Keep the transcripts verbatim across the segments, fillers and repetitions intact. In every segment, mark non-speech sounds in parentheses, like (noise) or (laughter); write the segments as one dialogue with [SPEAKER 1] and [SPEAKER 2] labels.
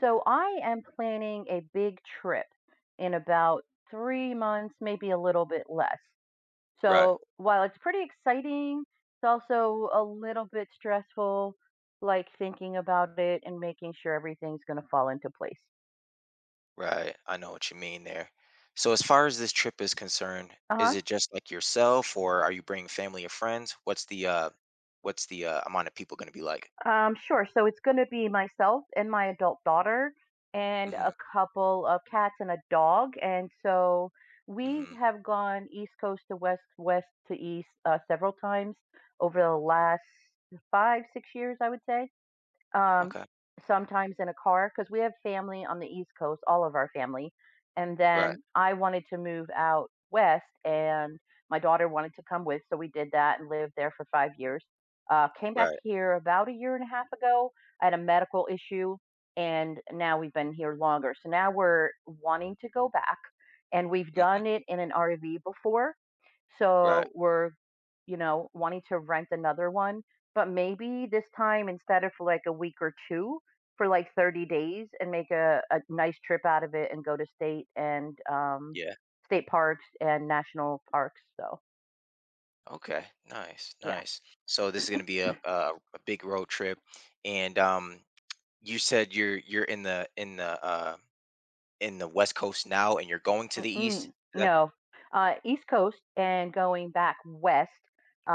[SPEAKER 1] So I am planning a big trip in about three months, maybe a little bit less.
[SPEAKER 2] Right,
[SPEAKER 1] So while it's pretty exciting, it's also a little bit stressful, like thinking about it and making sure everything's going to fall into place.
[SPEAKER 2] right. I know what you mean there. So, as far as this trip is concerned,
[SPEAKER 1] Uh
[SPEAKER 2] is
[SPEAKER 1] huh.
[SPEAKER 2] it just like yourself, or are you bringing family or friends? What's the uh, what's the uh, amount of people going to be like?
[SPEAKER 1] Um, sure. So it's going to be myself and my adult daughter and
[SPEAKER 2] Mm-hmm.
[SPEAKER 1] a couple of cats and a dog. And so we
[SPEAKER 2] Mm-hmm.
[SPEAKER 1] have gone east coast to west, west to east uh, several times over the last five, six years, I would say. Um,
[SPEAKER 2] Okay.
[SPEAKER 1] sometimes in a car because we have family on the East Coast, all of our family, and
[SPEAKER 2] Right.
[SPEAKER 1] then I wanted to move out west, and my daughter wanted to come with, so we did that and lived there for five years. Uh, came back
[SPEAKER 2] Right.
[SPEAKER 1] here about a year and a half ago. I had a medical issue, and now we've been here longer. So now we're wanting to go back, and we've
[SPEAKER 2] Mm-hmm.
[SPEAKER 1] done it in an R V before,
[SPEAKER 2] Right.
[SPEAKER 1] so we're, you know, wanting to rent another one, but maybe this time instead of for, like, a week or two, for, like, thirty days and make a a nice trip out of it and go to state and, um,
[SPEAKER 2] Yeah.
[SPEAKER 1] state parks and national parks, so,
[SPEAKER 2] Okay. Nice.
[SPEAKER 1] yeah.
[SPEAKER 2] Nice. So this is going to be a, a a big road trip, and um, you said you're you're in the in the uh in the West Coast now, and you're going to the East.
[SPEAKER 1] Mm-mm,
[SPEAKER 2] Is that
[SPEAKER 1] no. Uh, East Coast and going back west.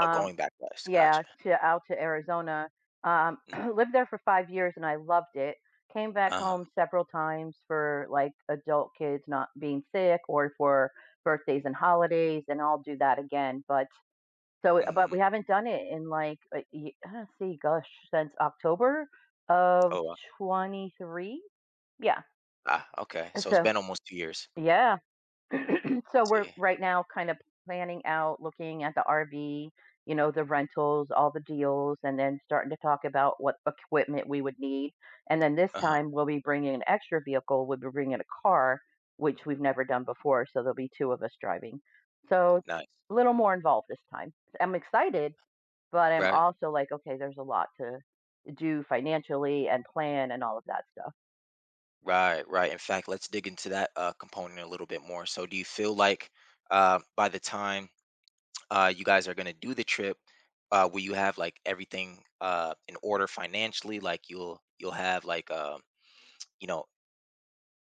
[SPEAKER 2] Oh, going back west.
[SPEAKER 1] Yeah,
[SPEAKER 2] Gotcha.
[SPEAKER 1] to out to Arizona. Um, (clears throat) Lived there for five years and I loved it. Came back
[SPEAKER 2] Uh huh.
[SPEAKER 1] home several times for, like, adult kids not being sick or for birthdays and holidays, and I'll do that again, but so but
[SPEAKER 2] Mm-hmm.
[SPEAKER 1] we haven't done it in, like, a ye uh, see, gosh, since October of
[SPEAKER 2] Oh,
[SPEAKER 1] twenty-three? Yeah,
[SPEAKER 2] ah, okay. So it's
[SPEAKER 1] so
[SPEAKER 2] been almost two years.
[SPEAKER 1] yeah.
[SPEAKER 2] I
[SPEAKER 1] So we're
[SPEAKER 2] see.
[SPEAKER 1] right now kind of planning out, looking at the R V, you know, the rentals, all the deals, and then starting to talk about what equipment we would need. And then this
[SPEAKER 2] Uh-huh.
[SPEAKER 1] time we'll be bringing an extra vehicle. We'll be bringing a car, which we've never done before. So there'll be two of us driving. So
[SPEAKER 2] Nice.
[SPEAKER 1] a little more involved this time. I'm excited, but I'm
[SPEAKER 2] Right.
[SPEAKER 1] also like, okay, there's a lot to do financially and plan and all of that stuff.
[SPEAKER 2] Right, right. In fact, let's dig into that, uh, component a little bit more. So do you feel like, uh, by the time, uh, you guys are gonna do the trip, uh, will you have, like, everything, uh, in order financially? Like, you'll you'll have, like, uh you know,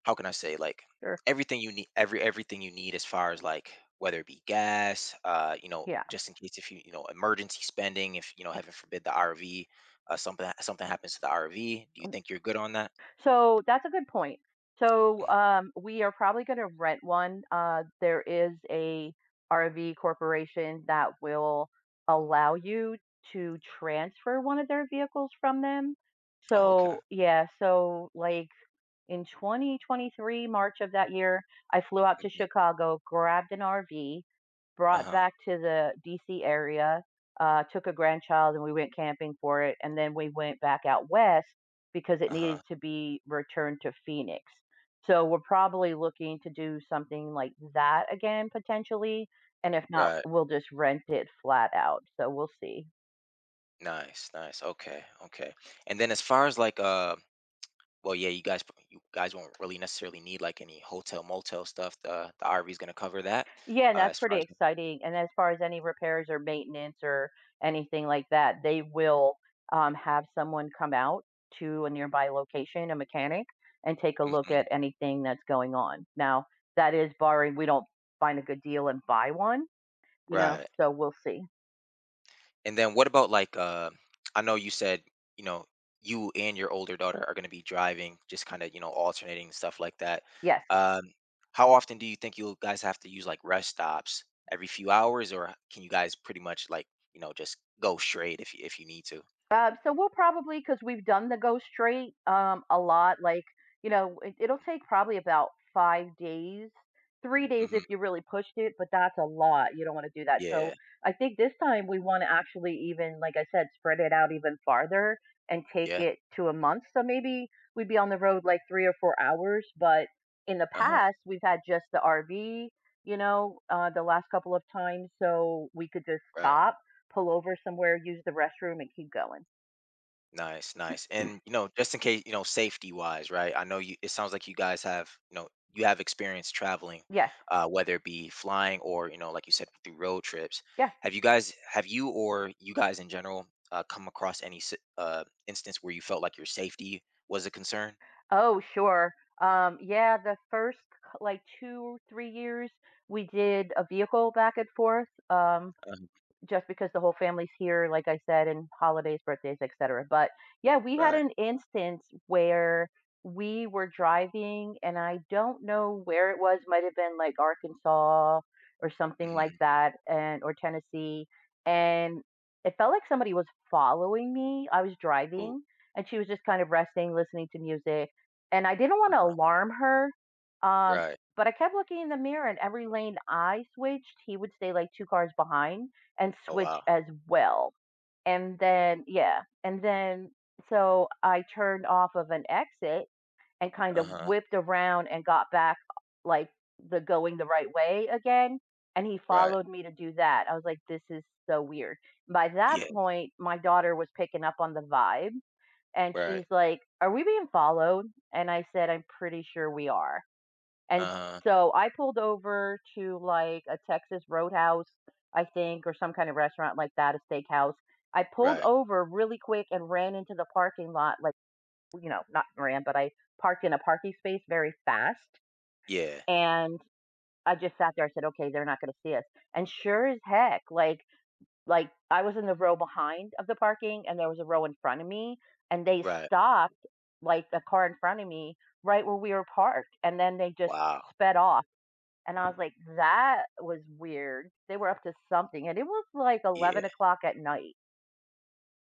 [SPEAKER 2] how can I say like
[SPEAKER 1] Sure.
[SPEAKER 2] everything you need every everything you need as far as like whether it be gas, uh, you know,
[SPEAKER 1] Yeah.
[SPEAKER 2] just in case if you you know emergency spending, if you know heaven forbid the R V, uh, something something happens to the R V, do you think you're good on that?
[SPEAKER 1] So that's a good point. So
[SPEAKER 2] Mhm.
[SPEAKER 1] um, we are probably going to rent one. Uh, there is a R V corporation that will allow you to transfer one of their vehicles from them.
[SPEAKER 2] Oh, okay.
[SPEAKER 1] So yeah, so like in twenty twenty-three, March of that year, I flew out to
[SPEAKER 2] Hmm.
[SPEAKER 1] Chicago, grabbed an R V,
[SPEAKER 2] Uh
[SPEAKER 1] brought
[SPEAKER 2] huh.
[SPEAKER 1] back to the D C area, uh, took a grandchild and we went camping for it. And then we went back out west because it
[SPEAKER 2] Uh huh.
[SPEAKER 1] needed to be returned to Phoenix. So we're probably looking to do something like that again potentially. And if not,
[SPEAKER 2] Right.
[SPEAKER 1] we'll just rent it flat out. So we'll see.
[SPEAKER 2] Nice. Nice. Okay. Okay. And then as far as like uh, well, yeah, you guys p- you guys won't really necessarily need like any hotel motel stuff. The the R V is gonna cover that.
[SPEAKER 1] Yeah, and
[SPEAKER 2] Uh,
[SPEAKER 1] that's
[SPEAKER 2] as far
[SPEAKER 1] pretty
[SPEAKER 2] as
[SPEAKER 1] exciting, and as far as any repairs or maintenance or anything like that, they will, um, have someone come out to a nearby location, a mechanic, and take a look
[SPEAKER 2] mhm,
[SPEAKER 1] at anything that's going on. Now, that is barring we don't find a good deal and buy one, you know,
[SPEAKER 2] right.
[SPEAKER 1] so we'll see.
[SPEAKER 2] And then what about like uh I know you said, you know, you and your older daughter are going to be driving, just kind of, you know, alternating and stuff like that.
[SPEAKER 1] Yes.
[SPEAKER 2] Um how often do you think you guys have to use like rest stops? Every few hours or can you guys pretty much like, you know, just go straight if you if you need to?
[SPEAKER 1] Uh, so we'll probably, because 'cause we've done the go straight, um, a lot, like, you know, it it'll take probably about five days, three days if
[SPEAKER 2] Mhm.
[SPEAKER 1] you really pushed it, but that's a lot, you don't wanna do that,
[SPEAKER 2] Yeah.
[SPEAKER 1] so I think this time we wanna actually even, like I said, spread it out even farther and take
[SPEAKER 2] Yeah.
[SPEAKER 1] it to a month, so maybe we'd be on the road, like, three or four hours, but in the
[SPEAKER 2] Uh-huh.
[SPEAKER 1] past, we've had just the R V, you know, uh, the last couple of times, so we could just
[SPEAKER 2] Right.
[SPEAKER 1] stop, pull over somewhere, use the restroom, and keep going.
[SPEAKER 2] Nice, nice. And you know, just in case, you know, safety wise, right? I know you it sounds like you guys have, you know, you have experience traveling,
[SPEAKER 1] Yes.
[SPEAKER 2] uh, whether it be flying or, you know, like you said, through road trips.
[SPEAKER 1] Yeah.
[SPEAKER 2] Have you guys have you or you guys in general uh, come across any si- uh instance where you felt like your safety was a concern?
[SPEAKER 1] Oh, sure. Um, yeah, the first, c like, two, three years, we did a vehicle back and forth, um,
[SPEAKER 2] Uh,
[SPEAKER 1] just because the whole family's here, like I said, and holidays, birthdays, et cetera. But yeah, we had
[SPEAKER 2] right.
[SPEAKER 1] an instance where we were driving, and I don't know where it was. Might have been like Arkansas or something like
[SPEAKER 2] Hmm.
[SPEAKER 1] that, and or Tennessee. And it felt like somebody was following me. I was
[SPEAKER 2] Ooh,
[SPEAKER 1] driving, and she was just kind of resting, listening to music. And I didn't want to
[SPEAKER 2] uh-huh.
[SPEAKER 1] alarm her, um,
[SPEAKER 2] Right.
[SPEAKER 1] but I kept looking in the mirror, and every lane I switched, he would stay like two cars behind and
[SPEAKER 2] Oh wow.
[SPEAKER 1] switch as well. And then yeah, and then so I turned off of an exit and kind of
[SPEAKER 2] Uh-huh.
[SPEAKER 1] whipped around and got back, like, the going the right way again, and he
[SPEAKER 2] Right.
[SPEAKER 1] followed me to do that. I was like, "This is so weird." By that
[SPEAKER 2] Yeah.
[SPEAKER 1] point, my daughter was picking up on the vibe, and
[SPEAKER 2] Right.
[SPEAKER 1] she's like, "Are we being followed?" And I said, "I'm pretty sure we are." And
[SPEAKER 2] Uh-huh.
[SPEAKER 1] so I pulled over to, like, a Texas Roadhouse, I think, or some kind of restaurant like that, a steakhouse. I pulled
[SPEAKER 2] Right.
[SPEAKER 1] over really quick and ran into the parking lot, like, you know, not ran, but I parked in a parking space very fast,
[SPEAKER 2] Yeah.
[SPEAKER 1] and I just sat there, I said, "Okay, they're not gonna see us." And sure as heck, like like, I was in the row behind of the parking, and there was a row in front of me, and they
[SPEAKER 2] Right.
[SPEAKER 1] stopped, like, the car in front of me right where we were parked, and then they just
[SPEAKER 2] Wow.
[SPEAKER 1] sped off. And I was like, "That was weird." They were up to something, and it was like
[SPEAKER 2] Yeah.
[SPEAKER 1] eleven o'clock at night.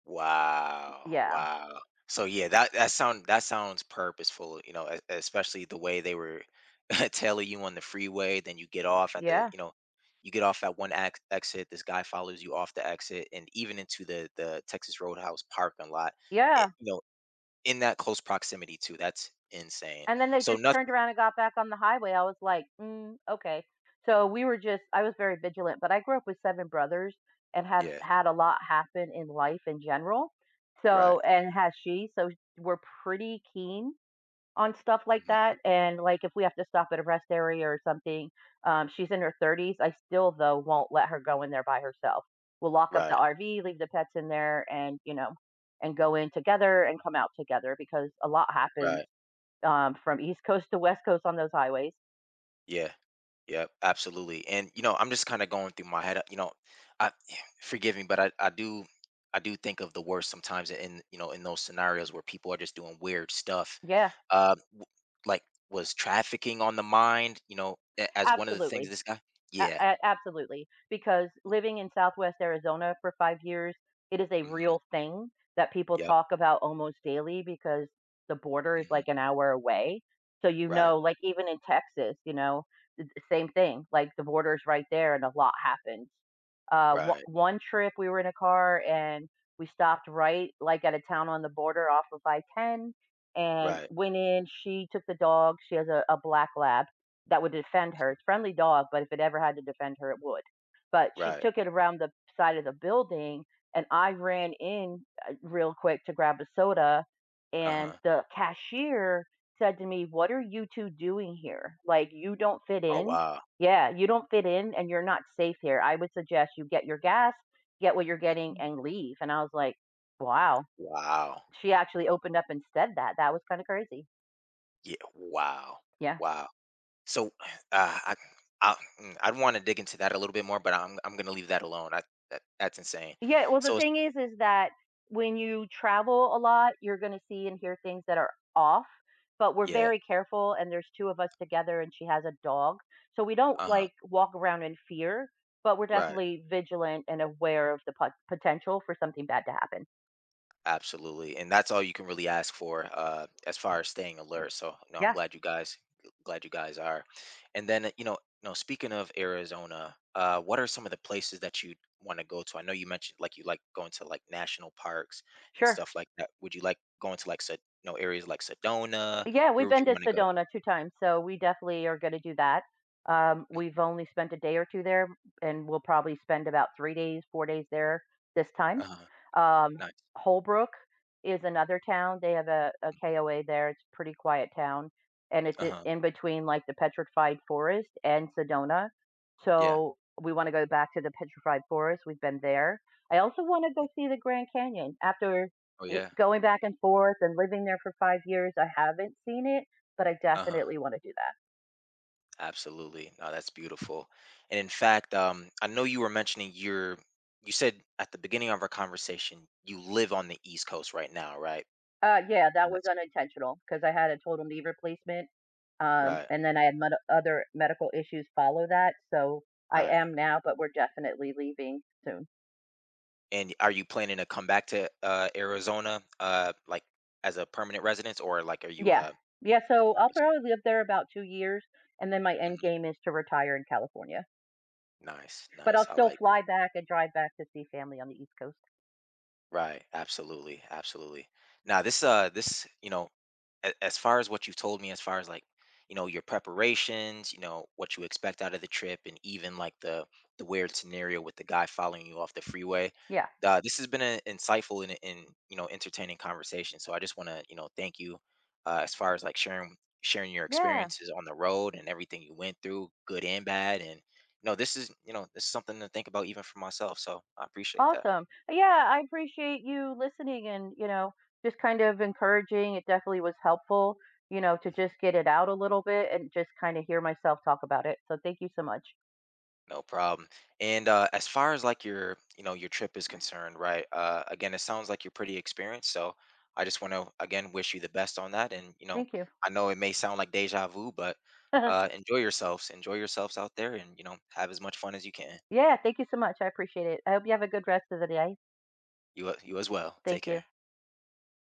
[SPEAKER 2] Wow,
[SPEAKER 1] Yeah.
[SPEAKER 2] wow. So yeah, that that sound that sounds purposeful, you know, e- especially the way they were (laughs) tailing you on the freeway, then you get off at the,
[SPEAKER 1] Yeah.
[SPEAKER 2] you know, you get off at one ex exit, this guy follows you off the exit and even into the the Texas Roadhouse parking lot. It,
[SPEAKER 1] Yeah.
[SPEAKER 2] you know, in that close proximity too. That's insane.
[SPEAKER 1] And then they
[SPEAKER 2] So
[SPEAKER 1] just
[SPEAKER 2] nothing,
[SPEAKER 1] turned around and got back on the highway. I was like, "Mm, okay." So we were just I was very vigilant, but I grew up with seven brothers and have
[SPEAKER 2] yeah,
[SPEAKER 1] had a lot happen in life in general.
[SPEAKER 2] right.
[SPEAKER 1] So and has she, so we're pretty keen on stuff like
[SPEAKER 2] Mhm,
[SPEAKER 1] that, and, like, if we have to stop at a rest area or something, um, she's in her thirties, I still, though, won't let her go in there by herself. We'll lock up the
[SPEAKER 2] right,
[SPEAKER 1] R V, leave the pets in there, and, you know, and go in together and come out together because a lot happens,
[SPEAKER 2] right.
[SPEAKER 1] um, from East Coast to West Coast on those highways.
[SPEAKER 2] Yeah. Yep, absolutely. And you know, I'm just kind of going through my head. uh, You know, I (sighs) forgive me, but I, I do I do think of the worst sometimes in you know in those scenarios where people are just doing weird stuff.
[SPEAKER 1] Yeah,
[SPEAKER 2] Um, w- like was trafficking on the mind? You know, a- as one of the things
[SPEAKER 1] absolutely.
[SPEAKER 2] this guy.
[SPEAKER 1] A
[SPEAKER 2] Yeah.
[SPEAKER 1] a Absolutely, because living in Southwest Arizona for five years, it is a
[SPEAKER 2] Hmm.
[SPEAKER 1] real thing that people
[SPEAKER 2] Yep.
[SPEAKER 1] talk about almost daily because the border is
[SPEAKER 2] Hmm.
[SPEAKER 1] like an hour away. So, you
[SPEAKER 2] Right.
[SPEAKER 1] know, like, even in Texas, you know, same thing. Like the border's right there, and a lot happened. Uh, w-
[SPEAKER 2] Right.
[SPEAKER 1] one trip we were in a car and we stopped right like at a town on the border off of I ten, and
[SPEAKER 2] Right.
[SPEAKER 1] went in. She took the dog. She has a, a black lab that would defend her. It's a friendly dog, but if it ever had to defend her, it would. But she
[SPEAKER 2] Right.
[SPEAKER 1] took it around the side of the building, and I ran in uh, real quick to grab a soda,
[SPEAKER 2] Uh
[SPEAKER 1] and
[SPEAKER 2] huh.
[SPEAKER 1] the cashier said to me, "What are you two doing here? Like, you don't fit
[SPEAKER 2] Oh
[SPEAKER 1] in.
[SPEAKER 2] wow.
[SPEAKER 1] Yeah, you don't fit in and you're not safe here. I would suggest you get your gas, get what you're getting,
[SPEAKER 2] Mhm.
[SPEAKER 1] and leave." And I was like, "Wow."
[SPEAKER 2] Wow.
[SPEAKER 1] She actually opened up and said that. That was kinda crazy.
[SPEAKER 2] Yeah. Wow.
[SPEAKER 1] Yeah.
[SPEAKER 2] Wow. So uh, I, I mm, I'd want to dig into that a little bit more, but I'm I'm gonna leave that alone. I that, that's insane.
[SPEAKER 1] Yeah, well, the
[SPEAKER 2] So it's,
[SPEAKER 1] thing is is that when you travel a lot, you're gonna see and hear things that are off, but we're
[SPEAKER 2] yeah,
[SPEAKER 1] very careful, and there's two of us together, and she has a dog, so we don't,
[SPEAKER 2] uh huh,
[SPEAKER 1] like, walk around in fear, but we're
[SPEAKER 2] right,
[SPEAKER 1] definitely vigilant and aware of the pot potential for something bad to happen.
[SPEAKER 2] absolutely, and that's all you can really ask for uh, as far as staying alert. So no, I'm
[SPEAKER 1] Yeah,
[SPEAKER 2] glad you guys glad you guys are, and then uh, you know you know speaking of Arizona, uh, what are some of the places that you want to go to? I know you mentioned like you like going to like national parks and
[SPEAKER 1] sure.
[SPEAKER 2] stuff like that. Would you like going to like Sed- you know areas like Sedona?
[SPEAKER 1] Yeah,
[SPEAKER 2] Where
[SPEAKER 1] we've
[SPEAKER 2] would
[SPEAKER 1] been
[SPEAKER 2] you
[SPEAKER 1] to
[SPEAKER 2] want to go?
[SPEAKER 1] Sedona two times, so we definitely are gonna do that. Um,
[SPEAKER 2] Mhm.
[SPEAKER 1] we've only spent a day or two there, and we'll probably spend about three days, four days there this time.
[SPEAKER 2] Uh-huh.
[SPEAKER 1] Um,
[SPEAKER 2] Nice.
[SPEAKER 1] Holbrook is another town. They have a K O A there. It's a pretty quiet town, and it's I
[SPEAKER 2] Uh-huh.
[SPEAKER 1] in between, like, the Petrified Forest and Sedona.
[SPEAKER 2] Yeah.
[SPEAKER 1] So we wanna go back to the Petrified Forest. We've been there. I also wanna
[SPEAKER 2] Mm.
[SPEAKER 1] go see the Grand Canyon. After
[SPEAKER 2] Oh
[SPEAKER 1] Y
[SPEAKER 2] yeah.
[SPEAKER 1] going back and forth and living there for five years, I haven't seen it, but I
[SPEAKER 2] Uh-huh.
[SPEAKER 1] definitely wanna do that.
[SPEAKER 2] Absolutely. No, that's beautiful. And in fact, um, I know you were mentioning your you said at the beginning of our conversation, you live on the East Coast right now, right?
[SPEAKER 1] Uh, yeah, that was
[SPEAKER 2] That's
[SPEAKER 1] unintentional because I had a total knee replacement, um,
[SPEAKER 2] right,
[SPEAKER 1] and then I had med other medical issues follow that, so I
[SPEAKER 2] right.
[SPEAKER 1] am now, but we're definitely leaving soon.
[SPEAKER 2] And are you planning to come back to uh Arizona uh like as a permanent residence or like are you
[SPEAKER 1] Yeah.
[SPEAKER 2] uh
[SPEAKER 1] Yeah, so I'll
[SPEAKER 2] nice?
[SPEAKER 1] probably live there about two years, and then my end
[SPEAKER 2] Mhm.
[SPEAKER 1] game is to retire in California,
[SPEAKER 2] Nice,
[SPEAKER 1] but
[SPEAKER 2] nice.
[SPEAKER 1] I'll
[SPEAKER 2] I
[SPEAKER 1] still
[SPEAKER 2] like it.
[SPEAKER 1] fly back and drive back to see family on the East Coast.
[SPEAKER 2] Right. Absolutely. Absolutely. Now this uh this, you know, a- as far as what you've told me, as far as like, you know, your preparations, you know, what you expect out of the trip and even like the the weird scenario with the guy following you off the freeway.
[SPEAKER 1] Yeah.
[SPEAKER 2] Uh, this has been an insightful and, and you know entertaining conversation. So I just want to you know thank you uh, as far as like sharing sharing your
[SPEAKER 1] Yeah.
[SPEAKER 2] experiences on the road and everything you went through, good and bad. And you know this is you know this is something to think about even for myself. So I appreciate that.
[SPEAKER 1] Awesome. Yeah, I appreciate you listening and, you know, just kind of encouraging. It definitely was helpful, you know, to just get it out a little bit and just kind of hear myself talk about it. So thank you so much.
[SPEAKER 2] No problem. And uh, as far as like your, you know, your trip is concerned, right? Uh, again, it sounds like you're pretty experienced. So I just want to again wish you the best on that. And you know,
[SPEAKER 1] Thank you.
[SPEAKER 2] I know it may sound like deja vu, but uh,
[SPEAKER 1] (laughs)
[SPEAKER 2] enjoy yourselves. Enjoy yourselves out there, and you know, have as much fun as you can.
[SPEAKER 1] Yeah, thank you so much. I appreciate it. I hope you have a good rest of the day.
[SPEAKER 2] You a- you as well. Take
[SPEAKER 1] Thank you.
[SPEAKER 2] care.